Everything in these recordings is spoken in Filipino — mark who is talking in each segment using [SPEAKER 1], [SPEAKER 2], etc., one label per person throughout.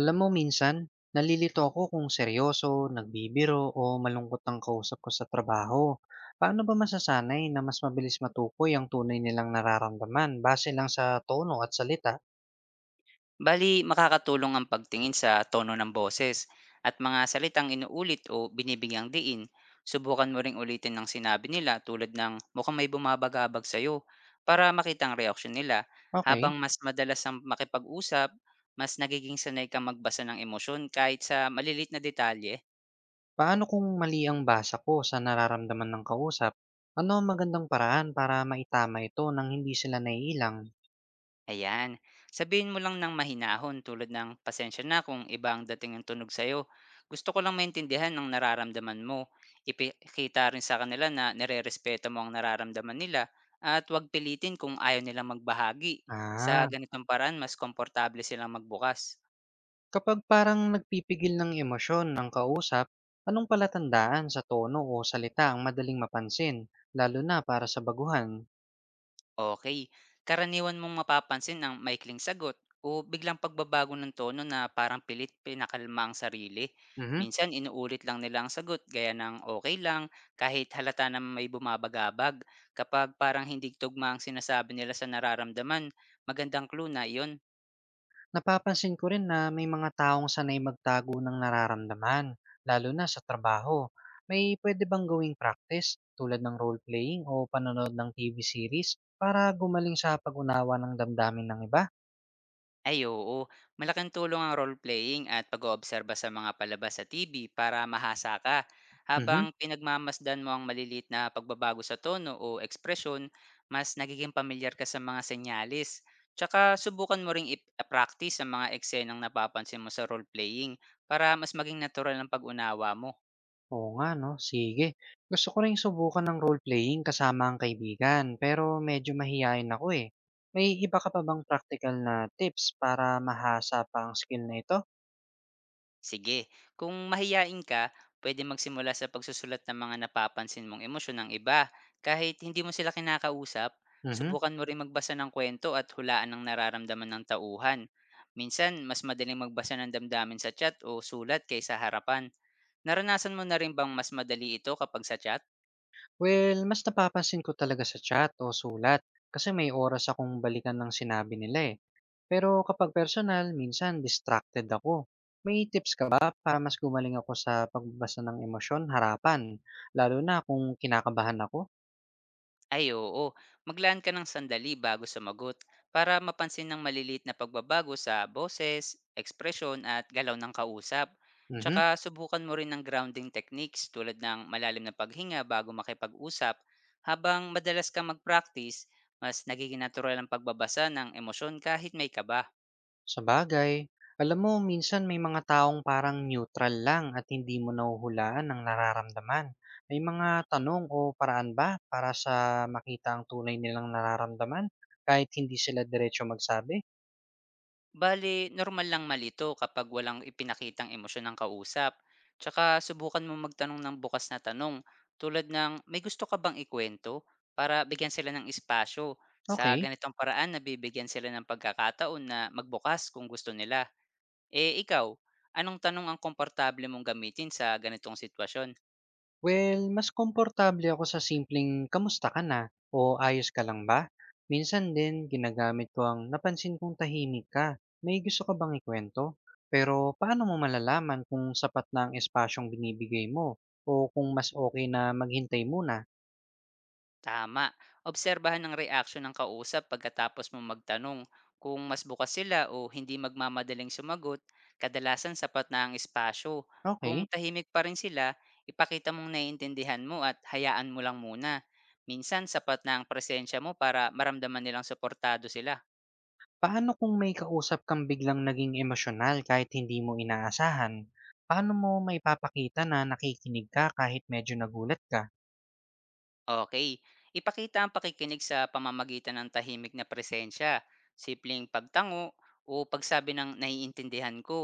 [SPEAKER 1] Alam mo minsan, nalilito ako kung seryoso, nagbibiro o malungkot ang kausap ko sa trabaho. Paano ba masasanay na mas mabilis matukoy ang tunay nilang nararamdaman base lang sa tono at salita?
[SPEAKER 2] Bali, makakatulong ang pagtingin sa tono ng boses at mga salitang inuulit o binibigyang diin. Subukan mo ring ulitin ng sinabi nila tulad ng mukhang may bumabagabag sa'yo para makita ang reaksyon nila. Habang
[SPEAKER 1] Okay,
[SPEAKER 2] mas madalas ang makipag-usap, mas nagiging sanay kang magbasa ng emosyon kahit sa malilit na detalye.
[SPEAKER 1] paano kung mali ang basa ko sa nararamdaman ng kausap? Ano ang magandang paraan para maitama ito nang hindi sila naiilang?
[SPEAKER 2] Ayan. Sabihin mo lang ng mahinahon tulad ng pasensya na kung iba ang dating ng tunog sa'yo. Gusto ko lang maintindihan ang nararamdaman mo. Ipikita rin sa kanila na nirerespeto mo ang nararamdaman nila at huwag pilitin kung ayaw nilang magbahagi. Sa
[SPEAKER 1] Ah,
[SPEAKER 2] ganitong paraan, mas komportable silang magbukas.
[SPEAKER 1] kapag parang nagpipigil ng emosyon ng kausap, anong palatandaan sa tono o salita ang madaling mapansin, lalo na para sa baguhan?
[SPEAKER 2] Okay. Karaniwan mong mapapansin ang maikling sagot o biglang pagbabago ng tono na parang pilit pinakalma ang sarili.
[SPEAKER 1] Mhm.
[SPEAKER 2] Minsan inuulit lang nila ang sagot gaya ng okay lang kahit halata na may bumabagabag. Kapag parang hindi tugma ang sinasabi nila sa nararamdaman, magandang clue na iyon.
[SPEAKER 1] Napapansin ko rin na may mga taong sanay magtago ng nararamdaman, lalo na sa trabaho. May pwede bang gawing practice tulad ng role-playing o panonood ng TV series para gumaling sa pag-unawa ng damdamin ng iba?
[SPEAKER 2] Ay oo, malaking tulong ang role-playing at pag-oobserba sa mga palabas sa TV para mahasa ka. Habang
[SPEAKER 1] Mhm.
[SPEAKER 2] pinagmamasdan mo ang malilit na pagbabago sa tono o ekspresyon, mas nagiging pamilyar ka sa mga senyalis. Tsaka subukan mo ring i-practice ang mga eksenang napapansin mo sa role-playing para mas maging natural ang pag-unawa mo.
[SPEAKER 1] Oo nga 'no, sige. Gusto ko rin subukan ng role-playing kasama ang kaibigan, pero medyo mahiyain ako eh. May iba ka pa bang practical na tips para mahasa pa ang skill na ito?
[SPEAKER 2] Sige, kung mahiyain ka, pwede magsimula sa pagsusulat ng mga napapansin mong emosyon ng iba. Kahit hindi mo sila kinakausap,
[SPEAKER 1] Mhm.
[SPEAKER 2] subukan mo rin magbasa ng kwento at hulaan ng nararamdaman ng tauhan. Minsan, mas madaling magbasa ng damdamin sa chat o sulat kaysa harapan. Naranasan mo na rin bang mas madali ito kapag sa chat?
[SPEAKER 1] Well, mas napapansin ko talaga sa chat o sulat kasi may oras akong balikan ng sinabi nila eh. Pero kapag personal, minsan distracted ako. May tips ka ba para mas gumaling ako sa pagbabasa ng emosyon harapan, lalo na kung kinakabahan ako?
[SPEAKER 2] Ay oo, maglaan ka ng sandali bago sumagot para mapansin ng maliliit na pagbabago sa boses, ekspresyon at galaw ng kausap. Tsaka
[SPEAKER 1] Mhm.
[SPEAKER 2] subukan mo rin ng grounding techniques tulad ng malalim na paghinga bago makipag-usap. Habang madalas kang mag-practice, mas nagiging natural ang pagbabasa ng emosyon kahit may kaba.
[SPEAKER 1] Sa bagay, alam mo minsan may mga taong parang neutral lang at hindi mo nahuhulaan ang nararamdaman. May mga tanong o paraan ba para sa makita ang tunay nilang nararamdaman kahit hindi sila diretso magsabi?
[SPEAKER 2] Bale, normal lang malito kapag walang ipinakitang emosyon ng kausap. Tsaka subukan mo magtanong ng bukas na tanong tulad ng may gusto ka bang ikwento para bigyan sila ng espasyo. Sa
[SPEAKER 1] Okay.
[SPEAKER 2] ganitong paraan, nabibigyan sila ng pagkakataon na magbukas kung gusto nila. Eh ikaw, anong tanong ang komportable mong gamitin sa ganitong sitwasyon?
[SPEAKER 1] Well, mas komportable ako sa simpleng kamusta ka na o ayos ka lang ba? Minsan din ginagamit ko ang napansin kong tahimik ka. May gusto ka bang ikwento? Pero paano mo malalaman kung sapat na ang espasyong binibigay mo o kung mas okay na maghintay muna?
[SPEAKER 2] Tama. Obserbahan ang reaksyon ng kausap pagkatapos mo magtanong kung mas bukas sila o hindi magmamadaling sumagot, kadalasan sapat na ang espasyo. Kung
[SPEAKER 1] Okay,
[SPEAKER 2] tahimik pa rin sila, ipakita mong naiintindihan mo at hayaan mo lang muna. Minsan sapat na ang presensya mo para maramdaman nilang suportado sila.
[SPEAKER 1] paano kung may kausap kang biglang naging emosyonal kahit hindi mo inaasahan? Paano mo maipapakita na nakikinig ka kahit medyo nagulat ka?
[SPEAKER 2] Okay. Ipakita ang pakikinig sa pamamagitan ng tahimik na presensya, simpleng pagtango o pagsabi ng naiintindihan ko.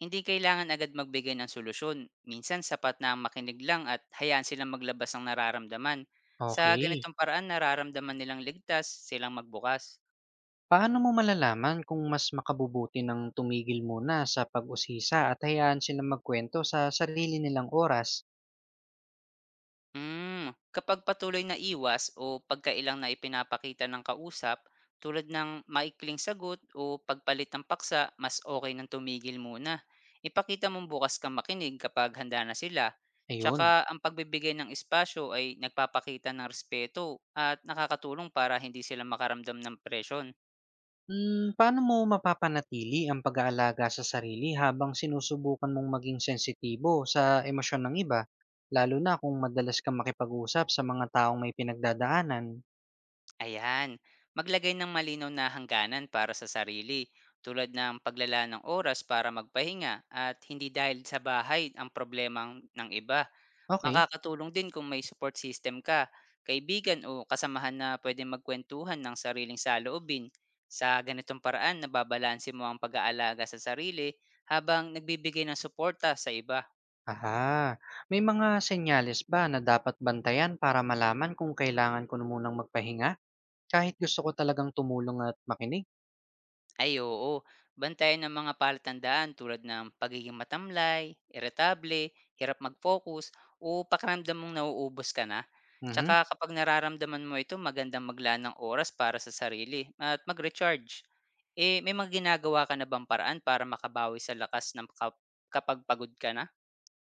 [SPEAKER 2] Hindi kailangan agad magbigay ng solusyon. Minsan sapat na ang makinig lang at hayaan silang maglabas ng nararamdaman. Sa
[SPEAKER 1] Okay,
[SPEAKER 2] ganitong paraan nararamdaman nilang ligtas silang magbukas.
[SPEAKER 1] paano mo malalaman kung mas makabubuti ng tumigil muna sa pag-usisa at hayaan silang magkwento sa sarili nilang oras?
[SPEAKER 2] Hmm, kapag patuloy na iwas o pagkailang na ipinapakita ng kausap, tulad ng maikling sagot o pagpalit ng paksa, mas okay nang tumigil muna. Ipakita mong bukas kang makinig kapag handa na sila. Tsaka
[SPEAKER 1] Ayun.
[SPEAKER 2] ang pagbibigay ng espasyo ay nagpapakita ng respeto at nakakatulong para hindi sila makaramdam ng presyon.
[SPEAKER 1] Hmm, paano mo mapapanatili ang pag-aalaga sa sarili habang sinusubukan mong maging sensitibo sa emosyon ng iba, lalo na kung madalas kang makipag-usap sa mga taong may pinagdadaanan?
[SPEAKER 2] Ayan, maglagay ng malinaw na hangganan para sa sarili tulad ng paglala ng oras para magpahinga at hindi dahil sa bahay ng iba.
[SPEAKER 1] Okay.
[SPEAKER 2] Makakatulong din kung may support system ka, kaibigan o kasamahan na pwede magkwentuhan ng sariling saloobin. Sa ganitong paraan, nababalanse mo ang pag-aalaga sa sarili habang nagbibigay ng suporta sa iba.
[SPEAKER 1] Aha, may mga senyales ba na dapat bantayan para malaman kung kailangan ko na munang magpahinga? Kahit gusto ko talagang tumulong at makinig?
[SPEAKER 2] Ay oo, bantayan ng mga palatandaan tulad ng pagiging matamlay, iritable, hirap mag-focus, o pakiramdam mong nauubos ka na. Tsaka
[SPEAKER 1] Mhm.
[SPEAKER 2] kapag nararamdaman mo ito, magandang maglaan ng oras para sa sarili at mag-recharge. Eh, may mga ginagawa ka na bang paraan para makabawi sa lakas ng kapag pagod ka na?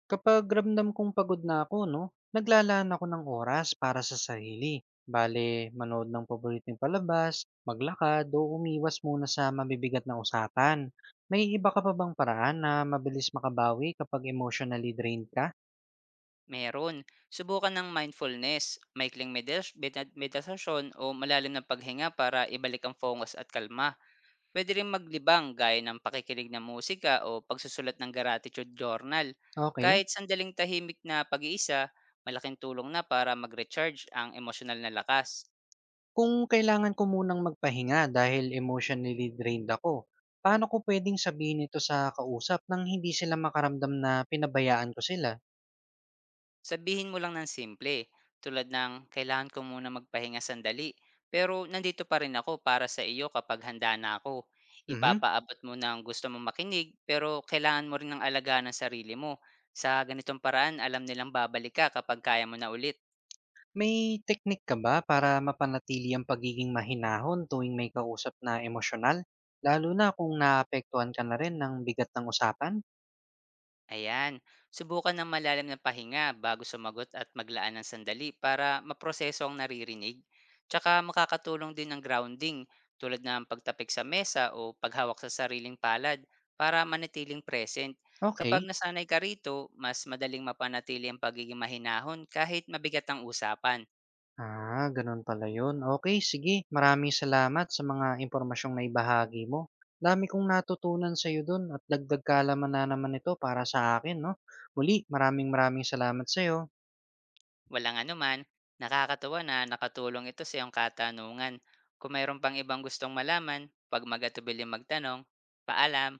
[SPEAKER 1] Kapag ramdam kong pagod na ako, no, naglalaan ako ng oras para sa sarili. Bale, manood ng paboritong palabas, maglakad o umiwas muna sa mabibigat na usapan. May iba ka pa bang paraan na mabilis makabawi kapag emotionally drained ka?
[SPEAKER 2] Meron. Subukan ng mindfulness, maikling meditasyon o malalim na paghinga para ibalik ang focus at kalma. Puwede ring maglibang gaya ng pakikinig ng musika o pagsusulat ng gratitude journal.
[SPEAKER 1] Okay.
[SPEAKER 2] Kahit sandaling tahimik na pag-iisa, malaking tulong na para mag-recharge ang emosyonal na lakas.
[SPEAKER 1] Kung kailangan ko munang magpahinga dahil emotionally drained ako, paano ko pwedeng sabihin ito sa kausap nang hindi sila makaramdam na pinabayaan ko sila?
[SPEAKER 2] Sabihin mo lang ng simple, tulad ng kailangan ko muna magpahinga sandali, pero nandito pa rin ako para sa iyo kapag handa na ako.
[SPEAKER 1] Mhm.
[SPEAKER 2] Ipapaabot mo na ng gusto mong makinig, pero kailangan mo rin ng alagaan ng sarili mo. Sa ganitong paraan, alam nilang babalik ka kapag kaya mo na ulit.
[SPEAKER 1] May teknik ka ba para mapanatili ang pagiging mahinahon tuwing may kausap na emosyonal? Lalo na kung naapektuhan ka na rin ng bigat ng usapan?
[SPEAKER 2] Ayan, subukan ng malalim na pahinga bago sumagot at maglaan ng sandali para maproseso ang naririnig. Tsaka makakatulong din ng grounding tulad ng pagtapik sa mesa o paghawak sa sariling palad para manatiling present. Kapag
[SPEAKER 1] Okay.
[SPEAKER 2] nasanay ka rito, mas madaling mapanatili ang pagiging mahinahon kahit mabigat ang usapan.
[SPEAKER 1] Ah, ganun pala yun. Okay, sige. Maraming salamat sa mga impormasyong naibahagi mo. Dami kong natutunan sa iyo dun at dagdag kaalaman na naman ito para sa akin, no? Muli, maraming maraming salamat sa iyo.
[SPEAKER 2] Walang anuman, nakakatuwa na nakatulong ito sa iyong katanungan. Kung mayroon pang ibang gustong malaman, pag magatubil magtanong, paalam!